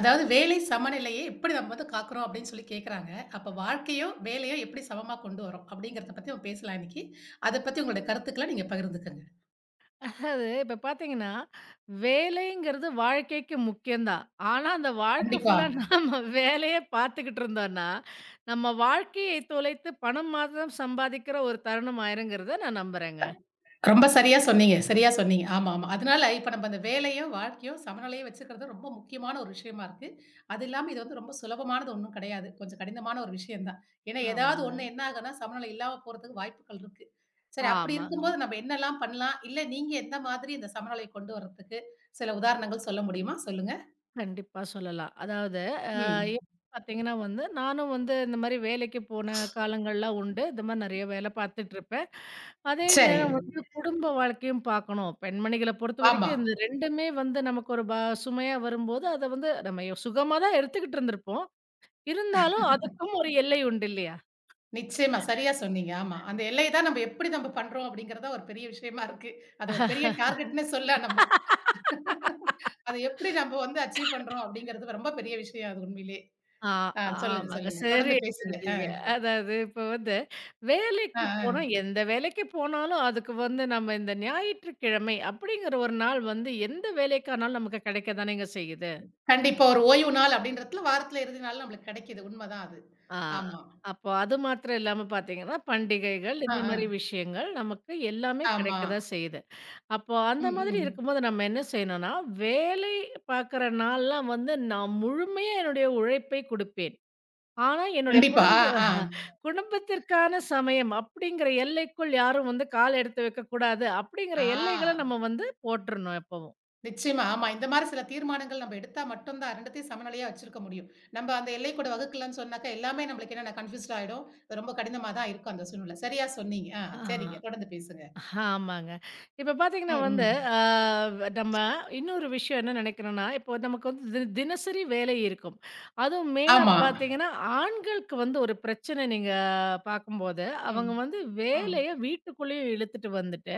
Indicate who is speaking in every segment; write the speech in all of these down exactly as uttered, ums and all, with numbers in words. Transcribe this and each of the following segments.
Speaker 1: அதாவது வேலை சமநிலையை எப்படி நம்ம வந்து காக்குறோம் அப்படின்னு சொல்லி கேட்குறாங்க. அப்ப வாழ்க்கையோ, வேலையோ எப்படி சமமா கொண்டு வரோம்? அப்படிங்கிறத பத்தி நம்ம பேசலாம் இன்னைக்கு. அத பத்தி உங்களுடைய கருத்துக்கள நீங்க பகிர்ந்துக்கங்க.
Speaker 2: அதாவது இப்ப பார்த்தீங்கன்னா, வேலைங்கிறது வாழ்க்கைக்கு முக்கியம் தான். ஆனா, அந்த வாழ்க்கை
Speaker 1: கண்டிப்பா.
Speaker 2: ஃபுல்லா நாம வேலையே பார்த்துக்கிட்டு இருந்தோம்னா, நம்ம வாழ்க்கையை தொலைத்து பணம் மாத்திரம் சம்பாதிக்கிற ஒரு தருணம் ஆயிருங்கிறத நான் நம்புறேங்க.
Speaker 1: ரொம்ப சரியா சொன்னீங்க, சரியா சொன்னீங்க. ஆமா, ஆமா. அதனால இப்ப நம்ம அந்த வேலையும், வாழ்க்கையும் சமநிலையா வச்சுக்கிறது ரொம்ப முக்கியமான ஒரு விஷயமா இருக்கு. அது இல்லாம இது வந்து ரொம்ப சுலபமானது ஒண்ணும் கிடையாது. கொஞ்சம் கடினமான ஒரு விஷயம் தான். ஏன்னா, ஏதாவது
Speaker 2: ஆமாங்க.
Speaker 1: ஒண்ணு என்ன ஆகும்னா, சமநிலை இல்லாம போறதுக்கு வாய்ப்புகள் இருக்கு. சரி, அப்படி
Speaker 2: ஆமாங்க.
Speaker 1: இருக்கும்போது நம்ம என்னலாம் பண்ணலாம்? இல்ல நீங்க எந்த மாதிரி இந்த சமநிலை கொண்டு வர்றதுக்கு சில உதாரணங்கள் சொல்ல முடியுமா? சொல்லுங்க.
Speaker 2: கண்டிப்பா சொல்லலாம். அதாவது அ
Speaker 1: ம்.
Speaker 2: எப்ப பார்த்தீங்கன்னா வந்து, நானும் வந்து இந்த மாரி வேலைக்கு போன காலங்கள்லாம் உண்டு. இந்த மாரி நெறைய வேலை பார்த்துட்டுருப்பேன். அதே
Speaker 1: சரி.
Speaker 2: நேரம் வந்து குடும்ப வாழ்க்கையும் பார்க்கணும். பெண்மணிகள
Speaker 1: ஆமா.
Speaker 2: பொறுத்தவரைக்கும் இந்த ரெண்டுமே வந்து நமக்கு ஒரு ப சுமையா வரும்போது, அத வந்து நம்ம யோ சுகமா தான் எடுத்துக்கிட்டு இருந்திருப்போம். இருந்தாலும் அதுக்கும் ஒரு எல்லை உண்டு இல்லையா?
Speaker 1: நிச்சயமா. சரியா சொன்னீங்க. ஆமா. அந்த எல்லைய தான் நம்ம எப்படி நம்ம பண்றோம் அப்படிங்கிறது தான் ஒரு பெரிய விஷயமா இருக்கு. அது ஒரு பெரிய டார்கெட்ன்னே சொல்லலாம் நம்ம. அத எப்படி நம்ம வந்து அச்சீவ் பண்றோம் அப்படிங்கிறது ரொம்ப பெரிய விஷயம் அது உண்மையிலே.
Speaker 2: ஆ,
Speaker 1: ஆ சொல்லுங்க,
Speaker 2: ஆமாங்க.
Speaker 1: சொல்லுங்க.
Speaker 2: சரி
Speaker 1: தொடர்ந்து பேசுங்க. ஆ,
Speaker 2: எடுத்துட்டீங்க. அதாவது இப்ப வந்து
Speaker 1: ஆ,
Speaker 2: வேலைக்கு போனா,
Speaker 1: ஆ.
Speaker 2: எந்த வேலைக்கு போனாலும் அதுக்கு வந்து நம்ம இந்த ஞாயிற்றுக்கிழமை அப்படிங்கிற ஒரு நாள் வந்து எந்த வேலைக்கானாலும் நமக்கு கிடைக்க தானேங்க செய்யுது.
Speaker 1: கண்டிப்பா ஒரு ஓய்வு நாள் அப்படின்றதுல வாரத்துல இறுதி நாள் நம்மளுக்கு கிடைக்குது. உண்மதான் அது.
Speaker 2: ஆ.
Speaker 1: ஆமா.
Speaker 2: அப்போ அது மாத்திரம் இல்லாம பார்த்தீங்கன்னா, பண்டிகைகள்
Speaker 1: ஆ,
Speaker 2: இந்த மாரி
Speaker 1: ஆ.
Speaker 2: விஷயங்கள் நமக்கு எல்லாமே
Speaker 1: ஆமா.
Speaker 2: கிடைக்க தான் செய்யுது. அப்போ அந்த
Speaker 1: ம்,
Speaker 2: மாதிரி
Speaker 1: ம்.
Speaker 2: இருக்கும்போது நம்ம என்ன செய்யணும்னா, வேலை பார்க்குற நாள்லாம் வந்து நான் முழுமையா என்னுடைய உழைப்பை குடுப்பேன். ஆனா என்னுடைய
Speaker 1: கண்டிப்பா.
Speaker 2: குடும்ப
Speaker 1: ஆ, ஆ.
Speaker 2: குடும்பத்திற்கான சமயம் அப்படிங்கிற எல்லைக்குள் யாரும் வந்து கால் எடுத்து வைக்கக்கூடாது அப்படிங்கிற
Speaker 1: ஆ.
Speaker 2: எல்லைகள நம்ம வந்து போட்டுறணும் எப்பவும்.
Speaker 1: நிச்சயமா. ஆமா. இந்த மாரி சில தீர்மானங்கள் நம்ம எடுத்தா மட்டும் தான் 2த்தையும் சமநிலையா வச்சிருக்க முடியும். நம்ம அந்த எல்லை கூட வகுக்கலன்னு சொன்னாக்கா எல்லாமே நம்மளுக்கு என்னன்னா கன்ஃப்யூஸ்ட் ஆயிடும். அது ரொம்ப கடினமா தான் இருக்கும் அந்த சூழ்நிலை. சரியா சொன்னீங்க. ஆ
Speaker 2: ஆ.
Speaker 1: சரிங்க. தொடர்ந்து பேசுங்க.
Speaker 2: ஆமாங்க. இப்ப பார்த்தீங்கன்னா
Speaker 1: ம்,
Speaker 2: வந்து,
Speaker 1: ம்.
Speaker 2: ஆ நம்ம இன்னொரு விஷயம் என்ன நினைக்கிறோம்னா, இப்போ நமக்கு வந்து தி தினசரி வேலை இருக்கும். அதுவும் மெயினா
Speaker 1: ஆமா.
Speaker 2: பார்த்தீங்கன்னா, ஆண்களுக்கு வந்து ஒரு பிரச்சனை நீங்க பார்க்கும்போது,
Speaker 1: ம்,
Speaker 2: அவங்க வந்து
Speaker 1: ம்.
Speaker 2: வேலைய வீட்டுக்குள்ளேயும் இழுத்துட்டு வந்துட்டு,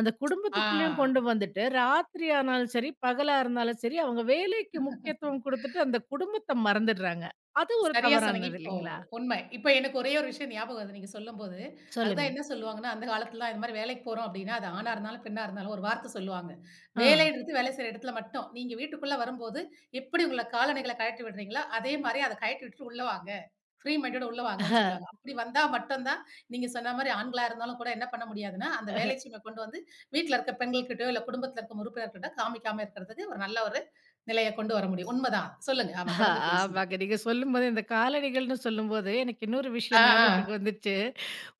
Speaker 2: அந்த குடும்பத்துக்குள்ளேயும்
Speaker 1: ஆ.
Speaker 2: கொண்டு வந்துட்டு, ராத்திரி ஆனாலும் சரி, பகலா இருந்தாலும் சரி, அவங்க வேலைக்கு முக்கியத்துவம் குடுத்துட்டு அந்த குடும்பத்த மறந்துடுறாங்க. அது ஒரு
Speaker 1: சரியா சொன்னீங்க.
Speaker 2: தவறானது
Speaker 1: இப்போ
Speaker 2: இல்லைங்களா?
Speaker 1: உண்மை. இப்ப எனக்கு ஒரே ஒரு விஷயம் ஞாபகம் வருது நீங்க சொல்லும்போது.
Speaker 2: சொல்லுங்க.
Speaker 1: அதுதான் என்ன சொல்லுவாங்கன்னா, அந்த காலத்துலலாம் இது மாரி வேலைக்கு போறோம் அப்டின்னா, அது ஆணா இருந்தாலும், பெண்ணா இருந்தாலும் ஒரு வார்த்த சொல்லுவாங்க. வேலைன்றது வேலை செய்ற இடத்துல மட்டும். நீங்க வீட்டுக்குள்ள வரும்போது, எப்படி உங்கள காலணிகள கழட்டி விடுறீங்களோ, அதே மாரி அத கழட்டி விட்டுட்டு உள்ள வாங்க. ஃப்ரீ மைண்டோட உள்ள வாங்கன்னு சொல்லுவாங்க. அப்படி வந்தா மட்டும் தான், நீங்க சொன்ன மாரி ஆண்களா இருந்தாலும் கூட என்ன பண்ண முடியாதுன்னா, அந்த
Speaker 2: ஆ.
Speaker 1: வேலை சுமை கொண்டு வந்து வீட்ல இருக்க பெண்கள்கிட்டயோ, இல்ல குடும்பத்துல இருக்கும் உறுப்பினர்கிட்ட காமிக்காம இருக்கிறதுக்கு ஒரு நல்ல ஒரு நிலைய கொண்டு வர முடியும். உண்மதான். சொல்லுங்க. ஆமா தொடர்ந்து பேசுங்க.
Speaker 2: ஆமாங்க. நீங்க சொல்லும்போது இந்த காலணிகள்னு சொல்லும்போது, எனக்கு இன்னொரு
Speaker 1: ஆ,
Speaker 2: விஷயம்
Speaker 1: ஆ.
Speaker 2: ஞாபகத்துக்கு வந்துச்சு.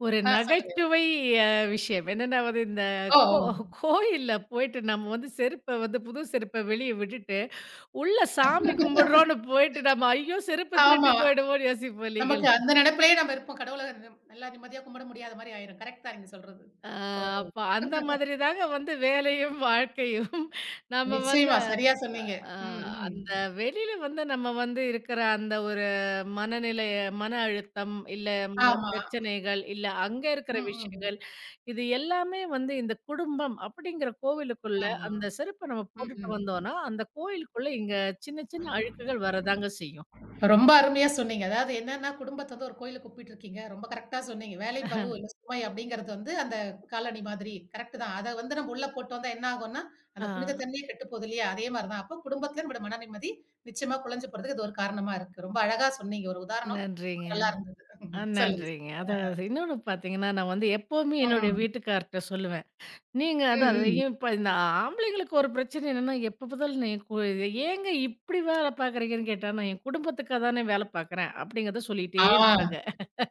Speaker 2: ஒரு
Speaker 1: ஆ சொல்லுங்க.
Speaker 2: நகைச்சுவை அ விஷயம். என்னன்னா வந்து இந்த
Speaker 1: ஓ!
Speaker 2: கோ கோயில்ல போயிட்டு நம்ம வந்து செருப்ப வந்து புது செருப்ப வெளிய விட்டுட்டு, உள்ள சாமி கும்பிடுறோம்னு போயிட்டு நம்ம ஐயோ! செருப்பு திருட்டு
Speaker 1: ஆமா.
Speaker 2: போயிடுவோம்னு யோசிப்போம்
Speaker 1: நமக்கு
Speaker 2: இல்லைங்களா?
Speaker 1: அந்த நெனப்பிலேயே நம்ம இருப்போம். கடவுள நல்லா நிம்மதியா கும்பிட முடியாத மாரி ஆயிரும். கரெக்ட் தான் நீங்க சொல்றது.
Speaker 2: ஆ,
Speaker 1: ஓ!
Speaker 2: அப்ப அந்த மாதிரி தாங்க வந்து வேலையும், வாழ்க்கையும். நம்ம வந்து
Speaker 1: நிச்சயமா. சரியா சொன்னீங்க.
Speaker 2: ஆ
Speaker 1: ம், ம்.
Speaker 2: அந்த வெளியில வந்து நம்ம வந்து இருக்கிற அந்த ஒரு மனநிலை, மன அழுத்தம், இல்ல ம
Speaker 1: ஆமா.
Speaker 2: பிரச்சனைகள், இல்ல அங்க இருக்கிற
Speaker 1: ம், ம்.
Speaker 2: விஷயங்கள், இது எல்லாமே வந்து இந்த குடும்பம் அப்படிங்கிற கோவிலுக்குள்ள
Speaker 1: ஆமா.
Speaker 2: அந்த செருப்ப நம்ம
Speaker 1: ம்,
Speaker 2: போட்டுட்டு
Speaker 1: ம்.
Speaker 2: வந்தோம்னா, அந்த கோயிலுக்குள்ள இங்க சின்ன சின்ன அழுக்குகள் வரதாங்க செய்யும்.
Speaker 1: ரொம்ப அருமையா சொன்னீங்க. அதாவது என்னன்னா, குடும்பத்த வந்து ஒரு கோயிலுக்கு கூப்பிட்டு இருக்கீங்க. ரொம்ப கரெக்ட்டா சொன்னீங்க. வேலை பளு, இல்ல சுமை அப்படிங்கிறது வந்து அந்த காலணி மாதிரி. கரெக்ட் தான். அத வந்து நம்ம உள்ள போட்டு வந்தா என்ன ஆகும்னா,
Speaker 2: ஆ.
Speaker 1: அந்த புனித தண்ணியே கெட்டு போகுது இல்லையா? அதே மாரி தான். அப்ப குடும்பத்துல நம்மோட மன நிம்மதி நிச்சயமா குலைஞ்சு போறதுக்கு இது ஒரு காரணமா இருக்கு. ரொம்ப அழகா சொன்னீங்க. ஒரு உதாரணம்
Speaker 2: நன்றிங்க.
Speaker 1: நல்லா இருந்தது.
Speaker 2: அ
Speaker 1: சொல்லுங்க.
Speaker 2: நன்றிங்க. அதாவது இன்னொன்னு பார்த்தீங்கன்னா, நான் வந்து எப்பவுமே என்னுடைய
Speaker 1: ம்.
Speaker 2: வீட்டுக்கார்ட்ட சொல்லுவேன். நீங்க
Speaker 1: ம்.
Speaker 2: அதான் அது
Speaker 1: ம்.
Speaker 2: ஏன் இப்ப இந்த ஆம்பளைங்களுக்கு ஒரு பிரச்சனை என்னன்னா, எப்ப பார்த்தாலும் "நீ கு ஏங்க இப்படி வேலை பார்க்குறீங்கன்னு" கேட்டா, "நான் என் குடும்பத்துக்கா தானே வேலை பார்க்குறேன்" அப்படிங்கிறத சொல்லிட்டே
Speaker 1: ஆ.
Speaker 2: இருப்பாங்க.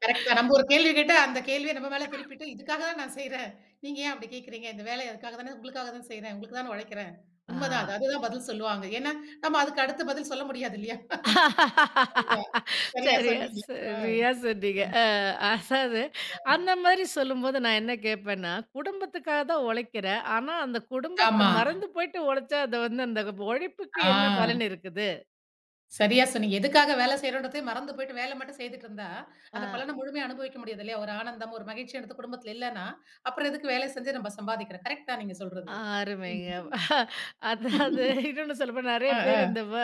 Speaker 1: கரெக்ட் தான். நம்ம ஒரு கேள்வி கேட்டா, அந்த கேள்விய நம்ம மேல திருப்பிட்டு, இதுக்காக தான் நான் செய்றேன். நீங்க ஏன் அப்படி கேட்கிறீங்க? இந்த வேலைய அதுக்காக தானே உங்களுக்காக தான் செய்றேன். உங்களுக்கு தானே உழைக்கிறேன். உண்மதான்
Speaker 2: ஆ.
Speaker 1: அது. அதுதான் பதில் சொல்லுவாங்க. ஏன்னா, நம்ம அதுக்கு அடுத்த பதில் சொல்ல முடியாது இல்லையா? சரியா
Speaker 2: சரியா
Speaker 1: சொன்னீங்க. ஆ.
Speaker 2: சரியா சொன்னீங்க. அ அதாவது அந்த மாரி சொல்லும்போது நான் என்ன கேட்பேன்னா, "குடும்பத்துக்காக தான் உழைக்கிறேன். ஆனா அந்த குடும்பத்த
Speaker 1: ஆமா.
Speaker 2: மறந்து போயிட்டு உழைச்சா, அது வந்து அந்த உழைப்புக்கு என்ன
Speaker 1: ஆ.
Speaker 2: பலன் இருக்குது?"
Speaker 1: சரியா சொன்னீங்க. எதுக்காக வேலை செய்றோன்றதே மறந்து போயிட்டு வேலை மட்டும் செய்துட்டு இருந்தா, அந்த
Speaker 2: ஆ.
Speaker 1: பலன முழுமையா அனுபவிக்க முடியாது இல்லையா? ஒரு ஆனந்தம், ஒரு மகிழ்ச்சி அந்த குடும்பத்துல இல்லன்னா, அப்புறம் எதுக்கு வேலை செஞ்சு நம்ம சம்பாதிக்கிறோம். கரெக்ட் தான் நீங்க சொல்றது. ம்,
Speaker 2: அருமைங்க.
Speaker 1: ம்.
Speaker 2: அதாவது இன்னொன்னு சொல்லப்போனா நெறைய
Speaker 1: ஆ,
Speaker 2: பேர்
Speaker 1: ஆ.
Speaker 2: இந்த வ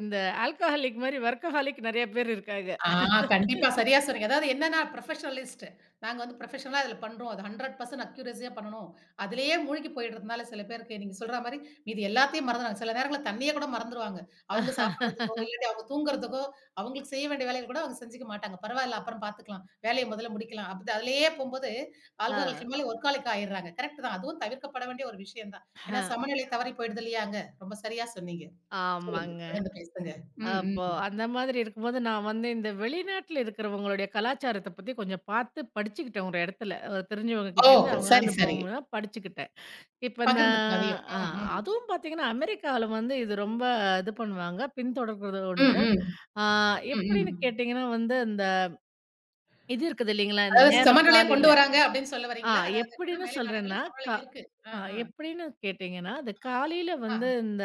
Speaker 2: இந்த ஆல்கஹாலிக் மாரி வொர்க்கஹாலிக் நெறைய பேர் இருக்காங்க.
Speaker 1: ஆ கண்டிப்பா. சரியா சொன்னீங்க. அதாவது என்னன்னா புரொஃபஷனலிஸ்ட். நாங்க வந்து புரொஃபஷனலா இதுல பண்றோம். அது நூறு சதவீதம் அக்யூரஸியா பண்ணணும். அதிலேயே மூழ்கி போயிடுறதுனால சில பேருக்கு நீங்க சொல்ற மாரி மீதி எல்லாத்தையும் மறந்துருவாங்க. சில நேரங்கள்ல தண்ணிய கூட மறந்துருவாங்க. அவங்க சாப்பிடுறதுக்கோ, இல்லாட்டி அவங்க தூங்குறதுக்கோ, அவங்களுக்கு செய்ய வேண்டிய வேலைகள் கூட அவங்க செஞ்சுக்க மாட்டாங்க. பரவால்ல அப்புறம் பார்த்துக்கலாம். வேலைய முதல்ல முடிக்கலாம். அப்படி அதிலேயே போம்போது
Speaker 2: ஆ.
Speaker 1: ஆல்கஹாலுக்கு மேல ஒர்க்காலிக் ஆயிடுறாங்க. கரெக்ட் தான். அதுவும் தவிர்க்கப்பட வேண்டிய ஒரு விஷயம் தான். ஏன்னா
Speaker 2: ஹ.
Speaker 1: சமநிலை தவறி போயிடுது இல்லையாங்க? ரொம்ப சரியா சொன்னீங்க. சொல்லுங்க.
Speaker 2: ஆமாங்க.
Speaker 1: தொடர்ந்து பேசுங்க. ம், ம்.
Speaker 2: அப்போ அந்த மாதிரி இருக்கும்போது நான் வந்து இந்த வெளிநாட்ல இருக்கிறவங்களுடைய கலாச்சாரத்த பத்தி கொஞ்சம் பார்த்து படிச்சுக்கிட்டேன் ஒரு இடத்துல. ஒரு தெரிஞ்சவங்க
Speaker 1: ஓ!
Speaker 2: கிட்டேருந்து அவங்க
Speaker 1: சரி, சரி.
Speaker 2: அனுபவம் மூலம் படிச்சுக்கிட்டேன். இப்ப
Speaker 1: பகிர்ந்துக்குங்க
Speaker 2: நான்
Speaker 1: அதையும்.
Speaker 2: ஆ
Speaker 1: ம், ம்.
Speaker 2: அதுவும் பார்த்தீங்கன்னா, அமெரிக்காவுல வந்து இது ரொம்ப இது பண்ணுவாங்க. பின்தொடர்றது
Speaker 1: ம்,
Speaker 2: உண்டு.
Speaker 1: ம்.
Speaker 2: ஆ.
Speaker 1: ம்,
Speaker 2: எப்படின்னு
Speaker 1: ம்.
Speaker 2: கேட்டீங்கன்னா வந்து, இந்த இது இருக்குது இல்லைங்களா? இந்த
Speaker 1: அதாவது
Speaker 2: நேரம்
Speaker 1: சமநிலைய கொண்டு
Speaker 2: காலையில.
Speaker 1: வராங்க அப்படின்னு சொல்ல
Speaker 2: ஆ.
Speaker 1: வரீங்களா? அதாவது என்னன்னா
Speaker 2: எப்படின்னு
Speaker 1: மேலை நாடுகள்ல
Speaker 2: சொல்றேன்னா,
Speaker 1: சமநிலை
Speaker 2: கா
Speaker 1: இருக்கு. ஆ,
Speaker 2: அ
Speaker 1: ஆ,
Speaker 2: எப்படின்னு கேட்டீங்கன்னா, அது காலையில
Speaker 1: ஆ.
Speaker 2: வந்து இந்த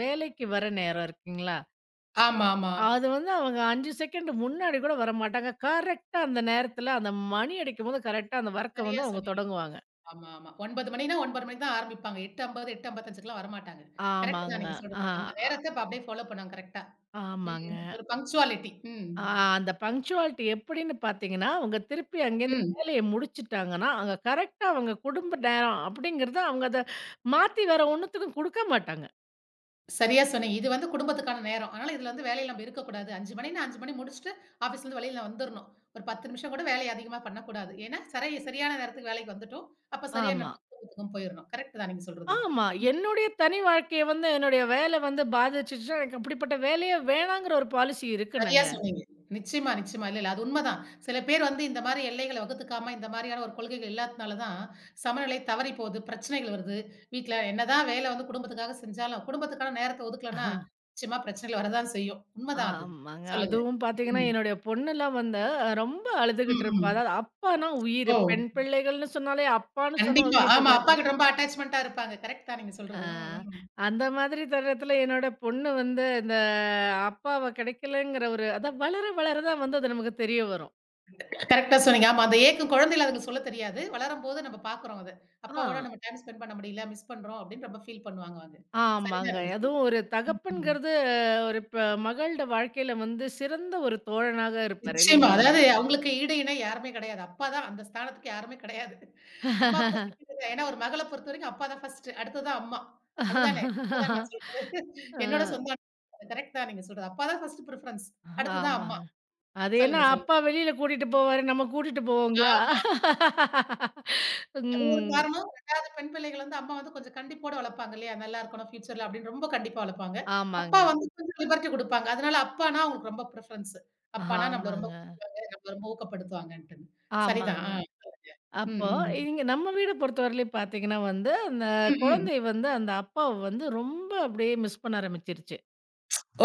Speaker 2: வேலைக்கு வர நேரம் இருக்குங்களா?
Speaker 1: ஆமா, ஆமா.
Speaker 2: அது வந்து அவங்க அஞ்சு செகண்ட் முன்னாடி கூட வரமாட்டாங்க. கரெக்ட்டா அந்த நேரத்தில அந்த மணி அடிக்கும்போது கரெக்ட்டா அந்த வொர்க்க
Speaker 1: சரியா
Speaker 2: வந்து அவங்க
Speaker 1: சொன்னீங்க.
Speaker 2: தொடங்குவாங்க.
Speaker 1: ஆமா, ஆமா. ஒன்பது மணி மணின்னா ஒன்பது மணி மணிக்கு தான் ஆரம்பிப்பாங்க. எட்டு ஐம்பது, 8:55க்குலாம் வரமாட்டாங்க. கரெக்ட்
Speaker 2: ஆமாங்க.
Speaker 1: தான் நீங்க
Speaker 2: ஆ.
Speaker 1: சொல்றது. அந்த நேரத்த அப்ப அப்படியே ஃபாலோ பண்ணுவாங்க கரெக்ட்டா.
Speaker 2: ஆமாங்க.
Speaker 1: ம். ஒரு பங்க்சுவாலிட்டி. ம்.
Speaker 2: ஆ அந்த பங்க்சுவாலிட்டி எப்படின்னு பார்த்தீங்கன்னா, அவங்க திருப்பி அங்கேருந்து
Speaker 1: ம்.
Speaker 2: வேலைய முடிச்சுட்டாங்கன்னா, அங்க கரெக்ட்டா அவங்க குடும்ப நேரம் அப்படிங்கிறத அவங்க அத மாத்தி வேற ஒண்ணுத்துக்கும் குடுக்க மாட்டாங்க.
Speaker 1: சரியா சொன்னீங்க. இது வந்து குடும்பத்துக்கான நேரம். அதனால இதுல வந்து வேலையில நம்ம இருக்கக்கூடாது. ஐந்து மணின்னா ஐந்து மணி முடிச்சுட்டு ஆஃபீஸ்லருந்து வெளியில வந்துரணும். ஒரு பத்து நிமிஷம் கூட வேலைய அதிகமா பண்ணக்கூடாது. ஏன்னா, சரி சரியான நேரத்துக்கு வேலைக்கு வந்துட்டோம். அப்ப சரியான
Speaker 2: ஆமா.
Speaker 1: நேரத்துக்கு குடும்பத்துக்கும் போயிரணும். கரெக்ட் தான் நீங்க சொல்றது.
Speaker 2: ஆமா.
Speaker 1: ம்.
Speaker 2: என்னுடைய தனி வாழ்க்கைய வந்து என்னுடைய வேல வந்து பாதிச்சுச்சுன்னா, எனக்கு அப்படிப்பட்ட வேலையே வேணாங்கிற ஒரு பாலிசி
Speaker 1: சரியா
Speaker 2: இருக்குனுங்க.
Speaker 1: சொன்னீங்க. நிச்சயமா, நிச்சயமா. இல்ல, இல்ல. அது உண்மதான். சில பேர் வந்து இந்த மாரி எல்லைகள வகுத்துக்காம, இந்த மாரியான ஒரு கொள்கைகள் இல்லாதனால தான் சமநிலை தவறி போகுது. பிரச்சனைகள் வருது. வீட்ல என்னதான் வேலை வந்து குடும்பத்துக்காக செஞ்சாலும், குடும்பத்துக்கான நேரத்த ஒதுக்கலன்னா,
Speaker 2: ஆஹா,
Speaker 1: நிச்சயமா பிரச்சனைகள் வரதான் செய்யும். உண்மதான் அது.
Speaker 2: ஆமாங்க.
Speaker 1: சொல்லுங்க.
Speaker 2: அதுவும் பார்த்தீங்கன்னா,
Speaker 1: ம்.
Speaker 2: என்னுடைய பொண்ணுலாம் வந்து அ ரொம்ப
Speaker 1: ம்,
Speaker 2: அழுதுகிட்டு இருப்பா.
Speaker 1: ம்.
Speaker 2: அதாவது அப்பான்னா உயிரு.
Speaker 1: ஓ!
Speaker 2: பெண் பிள்ளைகள்னு சொன்னாலே அப்பான்னு சொன்னா
Speaker 1: கண்டிப்பா.
Speaker 2: உயிரு
Speaker 1: ஆமா.
Speaker 2: தானே.
Speaker 1: அப்பாகிட்ட ரொம்ப அட்டாச்மென்ட்டா இருப்பாங்க. கரெக்ட் தான் நீங்க
Speaker 2: ஆ,
Speaker 1: சொல்றது. ம், ம்.
Speaker 2: அந்த மாதிரி தருணத்தில என்னோட பொண்ணு வந்து இந்த அப்பாவ கிடைக்கலங்கிற ஒரு அதான் வளர வளர தான் வந்து அது நமக்கு தெரிய வரும்.
Speaker 1: கரெக்ட்டா சொன்னீங்க. ஆமா. அந்த ஏக்கம் குழந்தையில அதுக்கு சொல்லத் தெரியாது. வளரும்போது நம்ம பார்க்குறோம் அத.
Speaker 2: ஆ.
Speaker 1: அப்பாவோட நம்ம டைம் ஸ்பெண்ட் பண்ண முடியல, மிஸ் பண்றோம் அப்படின்னு ரொம்ப ஃபீல் பண்ணுவாங்க அவங்க.
Speaker 2: ஆமாங்க.
Speaker 1: சரிதான் நீங்க சொல்
Speaker 2: அதுவும் ஒரு
Speaker 1: ம், ம்.
Speaker 2: தகப்பன்ங்கிறது ஒரு ப மகள்ட வாழ்க்கையில வந்து சிறந்த ஒரு தோழனாக இருப்பாரு
Speaker 1: நிச்சயமா.
Speaker 2: இல்லைங்களா?
Speaker 1: அதாவது அவங்களுக்கு ஈடு இணை யாருமே கிடையாது. அப்பா தான் அந்த ஸ்தானத்துக்கு யாருமே கிடையாது. அம்மா கூட செகண்ட் தான். ஏன்னா ஒரு மகள பொறுத்தவரைக்கும் அப்பா தான் ஃபர்ஸ்ட். அடுத்தது தான் அம்மா. அதுதானே? உண்மதான் நான் சொல்றது. என்னோட
Speaker 2: அ
Speaker 1: சொந்த அனுபவம். கரெக்ட் தான் நீங்க சொல்றது. அப்பா தான் ஃபர்ஸ்ட் பிரிஃபரன்ஸ். அடுத்து தான் அம்மா.
Speaker 2: ஆமாங்க. அது என்ன
Speaker 1: சொல்லுங்க, சொல்லுங்க.
Speaker 2: அப்பா வெளியில கூட்டிட்டு போவாரு, நம்ம கூட்டிட்டு போவோங்களா?
Speaker 1: ஆமா. அது ஒரு
Speaker 2: ம்.
Speaker 1: காரணம். 2வது பெண் பிள்ளைகள் வந்து அம்மா வந்து கொஞ்சம் கண்டிப்போட வளர்ப்பாங்க இல்லையா? நல்லா இருக்கணும் ஃபியூச்சர்ல அப்படின்னு ரொம்ப கண்டிப்பா வளர்ப்பாங்க. அப்பா
Speaker 2: ஆமாங்க,
Speaker 1: வந்து கொஞ்சம் லிபர்ட்டி குடுப்பாங்க. அதனால அப்பான்னா அவங்களுக்கு ரொம்ப பிரெஃபரன்ஸ். அப்பான்னா நம்மள ரொம்ப
Speaker 2: ஆமாங்க,
Speaker 1: கூப்பிடுவாங்க, நம்மள ரொம்ப ஊக்கப்படுத்துவாங்கன்ட்டுன்னு. சரிதான்.
Speaker 2: ஆமாங்க.
Speaker 1: ஆ சொல்லுங்க. ம்,
Speaker 2: அப்போ
Speaker 1: ம்.
Speaker 2: இங்க நம்ம வீட பொறுத்தவரையிலும் பார்த்தீங்கன்னா வந்து, அந்த
Speaker 1: ம், ம்.
Speaker 2: குழந்தை வந்து அந்த அப்பாவ வந்து ரொம்ப அப்படியே மிஸ் பண்ண ஆரம்பிச்சுருச்சு.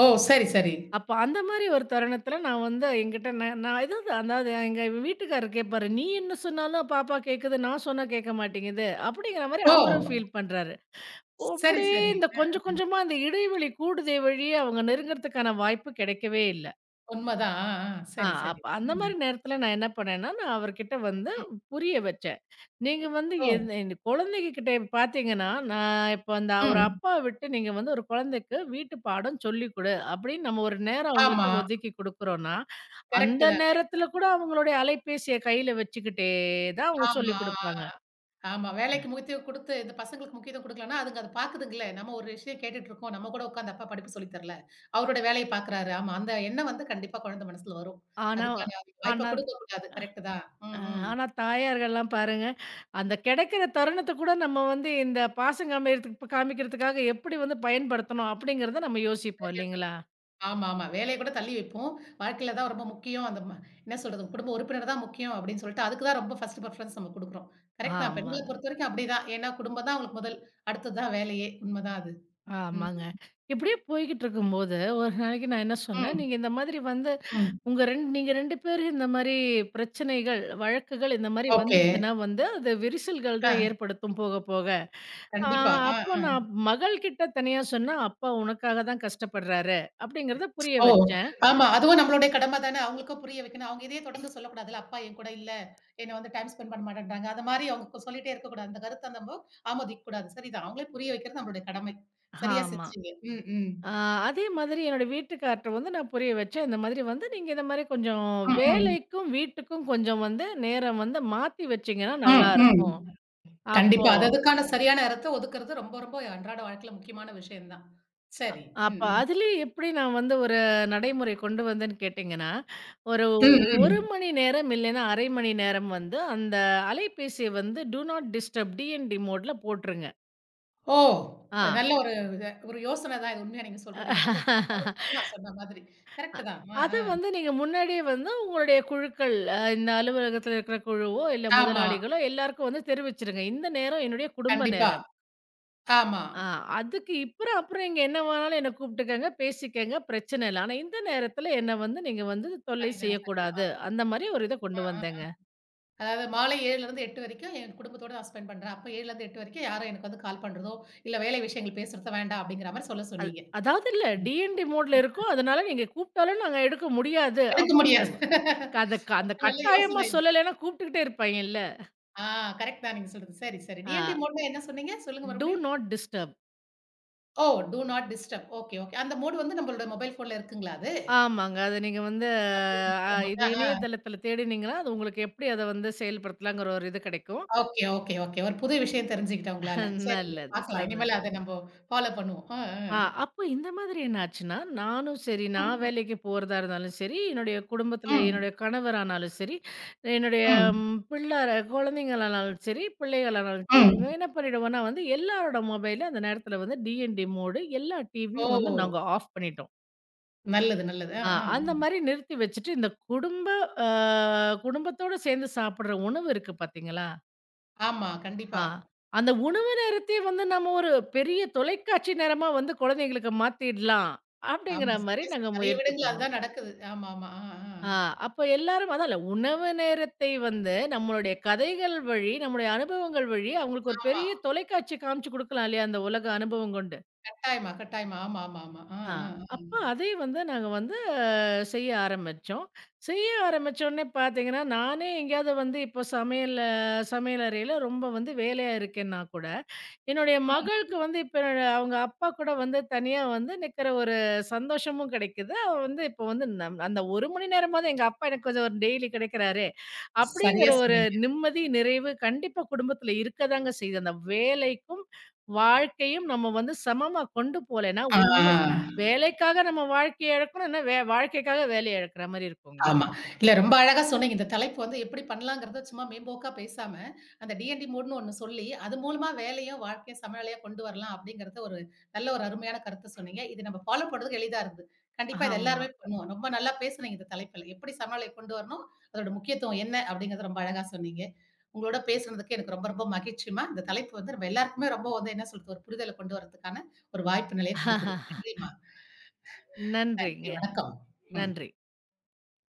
Speaker 1: ஓ! சரி, சரி.
Speaker 2: அப்ப அந்த மாரி ஒரு தருணத்தில நான் வந்து என்கிட்ட நான் நான் ஏதாவது அதாவது எங்க வீட்டுக்காரரு கேட்பாரு, "நீ என்ன சொன்னாலும் பாப்பா கேட்குது, நான் சொன்னா கேட்க மாட்டேங்குது." அப்படிங்கிற மாரி
Speaker 1: ஓ!
Speaker 2: அவரும் ஃபீல் பண்றாரு.
Speaker 1: சரி,
Speaker 2: அப்படியே
Speaker 1: சரி.
Speaker 2: இந்த
Speaker 1: அ
Speaker 2: கொஞ்சம் கொஞ்சமா அந்த இடைவெளி கூடுதே வழிய அவங்க நெருங்கறதுக்கான வாய்ப்பு கிடைக்கவே இல்ல.
Speaker 1: உண்மதான். ஆ, ஆ.
Speaker 2: ஆ,
Speaker 1: சரி, சரி.
Speaker 2: அப்ப அந்த
Speaker 1: ம்.
Speaker 2: மாரி நேரத்துல நான் என்ன பண்ணேன்னா, நான் அவர்கிட்ட வந்து
Speaker 1: ம்.
Speaker 2: புரிய வச்சேன். நீங்க வந்து
Speaker 1: ஓ!
Speaker 2: என் இந்த குழந்தைங்க கிட்ட பார்த்தீங்கன்னா, நான் இப்ப அந்த ஒரு
Speaker 1: ம்.
Speaker 2: அப்பாவ விட்டு நீங்க வந்து ஒரு குழந்தைக்கு வீட்டு பாடம் சொல்லிக் குடு. அப்படின்னு நம்ம ஒரு நேரம்
Speaker 1: ஆமா.
Speaker 2: அவங்களுக்காக ஒதுக்கி குடுக்குறோம்னா, அந்த
Speaker 1: கரெக்ட்டு தான்.
Speaker 2: நேரத்துல கூட அவங்களுடைய அலைபேசிய கையில வச்சுக்கிட்டே தான் அவங்க
Speaker 1: ஆமா.
Speaker 2: சொல்லிக் குடுப்பாங்க.
Speaker 1: ஆ. ஆமா. வேலைக்கு முக்கியத்துவம் குடுத்து, இந்த பசங்களுக்கு முக்கியத்துவம் குடுக்கலன்னா, அதுங்க அத பாக்குதுங்கல்ல. நம்ம ஒரு விஷயம் கேட்டுட்டுருக்கோம். நம்ம கூட உட்காந்து அப்பா படிப்பு சொல்லி தரல. அவரோட வேலைய பாக்குறாரு. ஆமா, அந்த எண்ணம் வந்து கண்டிப்பா குழந்தை மனசுல வரும்.
Speaker 2: ஆனா
Speaker 1: அதுக்கான வாய்ப்ப
Speaker 2: ஆனா
Speaker 1: குடுக்கக்கூடாது. கரெக்ட் தான்.
Speaker 2: அ
Speaker 1: ம், ம்.
Speaker 2: ஆனா தாயார்கள்லாம் பாருங்க, அந்த கிடைக்கிற தருணத்த கூட நம்ம வந்து இந்த பாசம் காமிக்கிறதுக்கு இப்ப காமிக்கிறதுக்காக எப்படி வந்து பயன்படுத்தணும் அப்படிங்கிறத நம்ம யோசிப்போம்
Speaker 1: சரியா சொன்னீங்க.
Speaker 2: இல்லைங்களா?
Speaker 1: ஆமா, ஆமா. வேலைய கூட தள்ளி வைப்போம். வாழ்க்கையில தான் ரொம்ப முக்கியம். அந்த ம என்ன சொல்றது? குடும்ப உறுப்பினர் தான் முக்கியம் அப்படின்னு சொல்லிட்டு, அதுக்கு தான் ரொம்ப ஃபர்ஸ்ட் ப்ரிஃபரன்ஸ் நம்ம குடுக்குறோம். கரெக்ட் தான். பெண்கள
Speaker 2: ஆமாங்க.
Speaker 1: பொறுத்தவரைக்கும் அப்படிதான். ஏன்னா குடும்பம் தான் அவங்களுக்கு முதல். அடுத்தது தான் வேலையே. உண்மதான் அது. ம்.
Speaker 2: ஆமாங்க. இப்படியே போய்க்கிட்டு இருக்கும்போது, ஒரு நாளைக்கு நான் என்ன சொன்னேன்,
Speaker 1: ம்,
Speaker 2: நீங்க இந்த மாதிரி வந்து
Speaker 1: ம்.
Speaker 2: உங்க ரெண்டு நீங்க ரெண்டு பேரும் இந்த மாரி பிரச்சனைகள், வழக்குகள் இந்த மாரி
Speaker 1: ஓகே.
Speaker 2: வந்துச்சுன்னா வந்து அது விரிசல்கள்
Speaker 1: ஆ.
Speaker 2: தான் ஏற்படுத்தும் போக போக. ஆ,
Speaker 1: கண்டிப்பா. ஆ,
Speaker 2: அப்போ
Speaker 1: ஆ.
Speaker 2: நான் மகள் கிட்ட தனியா சொன்னேன், அப்பா உனக்காக தான் கஷ்டப்படுறாரு அப்படிங்கிறத புரிய
Speaker 1: ஓ!
Speaker 2: வச்சேன்.
Speaker 1: ஆமா. அதுவும் நம்மளுடைய கடமை தானே! அவங்களுக்கும் புரிய வைக்கணும். அவங்க இதையே தொடர்ந்து சொல்லக்கூடாதுல்ல. அப்பா என் கூட இல்ல. என்ன வந்து டைம் ஸ்பெண்ட் பண்ண மாட்டேன்றாங்க. அது மாரி அவங்க சொல்லிட்டே இருக்கக்கூடாது. அந்த கருத்த நம்ம ஆமோதிக்கக்கூடாது. சரிதான். அவங்களே புரிய வைக்கிறது நம்மளுடைய கடமை. சரியா
Speaker 2: ஆமா.
Speaker 1: செஞ்சீங்க. ம், ம்.
Speaker 2: ஆ, அதே மாதிரி என்னோட வீட்டுக்கார்ட்ட வந்து நான் புரிய வச்சேன். இந்த மாதிரி வந்து, நீங்க இந்த மாதிரி கொஞ்சம்
Speaker 1: ம், ம்.
Speaker 2: வேலைக்கும், வீட்டுக்கும் கொஞ்சம் வந்து நேரம் வந்து மாத்தி வச்சீங்கன்னா
Speaker 1: ம், ம்.
Speaker 2: நல்லாருக்கும். அப்போ
Speaker 1: கண்டிப்பா. அது அதுக்கான சரியான இடத்த ஒதுக்குறது ரொம்ப, ரொம்ப அன்றாட வாழ்க்கையில முக்கியமான விஷயம் தான். சரி.
Speaker 2: அப்ப
Speaker 1: ம், ம்.
Speaker 2: அதுலயும் எப்படி நான் வந்து ஒரு நடைமுறை கொண்டு வந்தேன்னு கேட்டீங்கன்னா, ஒரு
Speaker 1: ம், ம்.
Speaker 2: 1 மணி நேரம் இல்லைன்னா, அரை மணி நேரம் வந்து அந்த அலைபேசிய வந்து டூ நாட் டிஸ்டர்ப் டிஎன்டி மோட்ல போட்டுருங்க.
Speaker 1: ஓ!
Speaker 2: ஆ.
Speaker 1: நல்ல ஒரு இது ஒரு யோசனை தான் இது உண்மையா நீங்க சொல்றது. இத வந்து சொன்ன மாதிரி.
Speaker 2: அ
Speaker 1: கரெக்ட் தான். அ,
Speaker 2: அத
Speaker 1: அ.
Speaker 2: வந்து நீங்க முன்னாடியே வந்து உங்களுடைய குழுக்கள், அ இந்த அலுவலகத்தில இருக்கிற குழுவோ, இல்ல
Speaker 1: ஆமா.
Speaker 2: முதலாளிகளோ எல்லாருக்கும் வந்து தெரிவிச்சுருங்க. இந்த நேரம் என்னுடைய குடும்ப
Speaker 1: கண்டிப்பா.
Speaker 2: நேரம்.
Speaker 1: ஆமா.
Speaker 2: ஆ, அதுக்கு இப்புறம் அப்புறம் நீங்க என்ன வேணாலும் என்ன கூப்பிட்டுக்கங்க, பேசிக்கங்க, பிரச்சனை இல்ல. ஆனா இந்த நேரத்தில என்ன வந்து நீங்க வந்து தொல்லை
Speaker 1: சரிதான்,
Speaker 2: செய்யக்கூடாது.
Speaker 1: சரிதான்.
Speaker 2: அந்த மாரி ஒரு இத
Speaker 1: அ,
Speaker 2: கொண்டு
Speaker 1: அ.
Speaker 2: வந்தேங்க.
Speaker 1: அதாவது மாலை 7:00லிருந்து எட்டு மணி வரைக்கும் என் குடும்பத்தோட நான் ஸ்பெண்ட் பண்றேன். அப்ப 7:00லிருந்து எட்டு மணி வரைக்கும் யாரும் எனக்கு வந்து கால் பண்றதோ, இல்ல வேலை விஷயங்கள் பேசுறதோ வேண்டாம் அப்படிங்கிற மாரி சொல்ல
Speaker 2: அது
Speaker 1: சொன்னீங்க.
Speaker 2: அதாவது இல்ல
Speaker 1: ம்.
Speaker 2: டிஎன்டி மோட்ல இருக்கோம். அதனால நீங்க கூப்பிட்டாலும் நாங்க எடுக்க முடியாது
Speaker 1: எடுக்க
Speaker 2: அப்படிங்கிற
Speaker 1: முடியாது.
Speaker 2: மா க அத அந்த
Speaker 1: நல்ல
Speaker 2: கட்டாயமா
Speaker 1: யோசனை.
Speaker 2: சொல்லலைன்னா கூப்பிட்டுக்கிட்டே இருப்பாய்ங்கல்ல.
Speaker 1: ஆ கரெக்ட் தான் நீங்க சொல்றது. சரி, சரி.
Speaker 2: ஆ,
Speaker 1: டிஎன்டி மோட்னா என்ன சொன்னீங்க? சொல்லுங்க
Speaker 2: டூ
Speaker 1: மறுபடியும்.
Speaker 2: Not disturb.
Speaker 1: ஓ! Do not disturb. Okay, okay. அந்த மோடு வந்து நம்மளோட மொபைல் ஃபோன்ல இருக்குங்களா அது?
Speaker 2: ஆமாங்க. அத நீங்க வந்து அ இது
Speaker 1: அ, ஆ.
Speaker 2: இணையதளத்தில தேடினீங்கன்னா, அது உங்களுக்கு எப்படி அத வந்து செயல்படுத்தலாங்கிற ஒரு இது கிடைக்கும்.
Speaker 1: Okay, okay, okay. ஒரு புது விஷயம் தெரிஞ்சுக்கிட்டேன் உங்களால.
Speaker 2: அஹ்,
Speaker 1: சரிங்க.
Speaker 2: நல்லது.
Speaker 1: பார்க்கலாம்.
Speaker 2: சந்தோஷம்.
Speaker 1: இனிமேல் அத நம்ப ஃபாலோ பண்ணுவோம். அ, அ.
Speaker 2: ஆ, அப்போ இந்த மாதிரி என்ன ஆச்சுன்னா, நானும் சரி,
Speaker 1: ம்,
Speaker 2: நான்
Speaker 1: ம்.
Speaker 2: வேலைக்கு போறதா இருந்தாலும் சரி, என்னுடைய குடும்பத்தில
Speaker 1: ம்,
Speaker 2: என்னுடைய கணவரானாலும் சரி, என்னுடைய
Speaker 1: ம்,
Speaker 2: ம் பிள்ளார குழந்தைங்களானாலும் சரி, பிள்ளைகளானாலும் சரி,
Speaker 1: ம்.
Speaker 2: இவங்க என்ன பண்ணிடுவோம்னா வந்து எல்லாரோட மொபைலும் அந்த நேரத்தில வந்து டிஎன்டி மோடு எல்லா
Speaker 1: ஓ!
Speaker 2: டிவியும் வந்து நாங்க ஆஃப் பண்ணிட்டோம்.
Speaker 1: நல்லது, நல்லது. ஆ,
Speaker 2: ஆ,
Speaker 1: ஆ.
Speaker 2: அந்த மாரி நிறுத்தி வச்சுட்டு, இந்த குடும்ப அ குடும்பத்தோட சேர்ந்து சாப்பிடுற உணவு இருக்கு பார்த்தீங்களா?
Speaker 1: ஆமா,
Speaker 2: ஆ,
Speaker 1: கண்டிப்பா.
Speaker 2: அந்த உணவு நேரத்தையே வந்து நம்ம ஒரு பெரிய தொலைக்காட்சி நேரமா வந்து குழந்தைங்களுக்கு மாத்திடலாம். அப்படிங்கிற
Speaker 1: ஆமா,
Speaker 2: மாரி
Speaker 1: சரியா
Speaker 2: நாங்க
Speaker 1: சொன்ன நெறைய
Speaker 2: முயற்சி
Speaker 1: வீடுகள்ல
Speaker 2: பண்ணோம்.
Speaker 1: அதுதான் நடக்குது. ஆமா, ஆமா. ஆ, ஆ.
Speaker 2: ஆ, அப்ப எல்லாரும் அதான்ல உணவு நேரத்தை வந்து நம்மளுடைய கதைகள் வழி, நம்முடைய அனுபவங்கள் வழி அவங்களுக்கு ஒரு
Speaker 1: ஆமா.
Speaker 2: பெரிய தொலைக்காட்சி காமிச்சு குடுக்கலாம் இல்லையா? அந்த உலக அனுபவம் கொண்ட
Speaker 1: கட்டாயமா, கட்டாயமா. ஆமா, ஆமா, ஆமா. ஆ,
Speaker 2: ஆ.
Speaker 1: ஆ, ஆ.
Speaker 2: அப்ப அதே வந்து நாங்க வந்து அஹ், செய்ய ஆரம்பிச்சோம். செய்ய ஆரம்பிச்சோனே பார்த்தீங்கன்னா, நானே எங்கேயாவது வந்து இப்போ சமையல்ல சமையலறையில ரொம்ப வந்து வேலையா இருக்கேன்னா கூட, என்னுடைய
Speaker 1: ம்.
Speaker 2: மகளுக்கு வந்து இப்ப என்னோட அவங்க அப்பா கூட வந்து தனியா வந்து நிக்கிற ஒரு சந்தோஷமும் கிடைக்குது. அவ வந்து இப்ப வந்து நம் அந்த ஒரு மணி நேரமாவது எங்க அப்பா எனக்கு கொஞ்சம் ஒரு டெய்லி கிடைக்கிறாரே! அப்படிங்கிற
Speaker 1: சரியா
Speaker 2: ஒரு
Speaker 1: சொன்னீங்க.
Speaker 2: நிம்மதி, நிறைவு கண்டிப்பா குடும்பத்துல இருக்கதாங்க செய்யுது. அந்த வேலைக்கும், வாழ்க்கையும் நம்ம வந்து சமமா கொண்டு போலன்னா,
Speaker 1: ஆ, ஆ.
Speaker 2: ஒண்ணு வேலைக்காக நம்ம வாழ்க்கைய இழக்கணும். இல்ல வே வாழ்க்கைக்காக வேலைய இழக்கிற மாரி இருக்குங்க.
Speaker 1: ஆமா. இல்ல ரொம்ப அழகா சொன்னீங்க. இந்த தலைப்பு வந்து எப்படி பண்ணலாங்கிறத சும்மா மேம்போக்கா பேசாம, அந்த டி&டி மோட்ன்னு ஒண்ணு சொல்லி, அது மூலமா வேலையும், வாழ்க்கையும் சமநிலையா கொண்டு வரலாம் அப்படிங்கிறத ஒரு நல்ல ஒரு அருமையான கருத்து சொன்னீங்க. இது நம்ம ஃபாலோ பண்றதுக்கு எளிதா இருக்குது. கண்டிப்பா இது
Speaker 2: ஆமா.
Speaker 1: எல்லாருமே பண்ணுவோம். ரொம்ப நல்லா பேசுனீங்க இந்த தலைப்புல. எப்படி சமநிலை கொண்டு வரணும்? அதோட முக்கியத்துவம் என்ன? அப்படிங்கிறத ரொம்ப அழகா சொன்னீங்க. உங்களோட பேசுனதுக்கு எனக்கு ரொம்ப ரொம்ப மகிழ்ச்சிம்மா. இந்த தலைப்பு வந்து நம்ம எல்லாருக்குமே ரொம்ப வந்து என்ன சொல்றது? ஒரு புரிதல கொண்டு வரதுக்கான ஒரு வாய்ப்பு நிலைய குடுக்குது. நன்றிம்மா.
Speaker 2: நன்றிங்க.
Speaker 1: நன்றி. வணக்கம். ம்.
Speaker 2: நன்றி.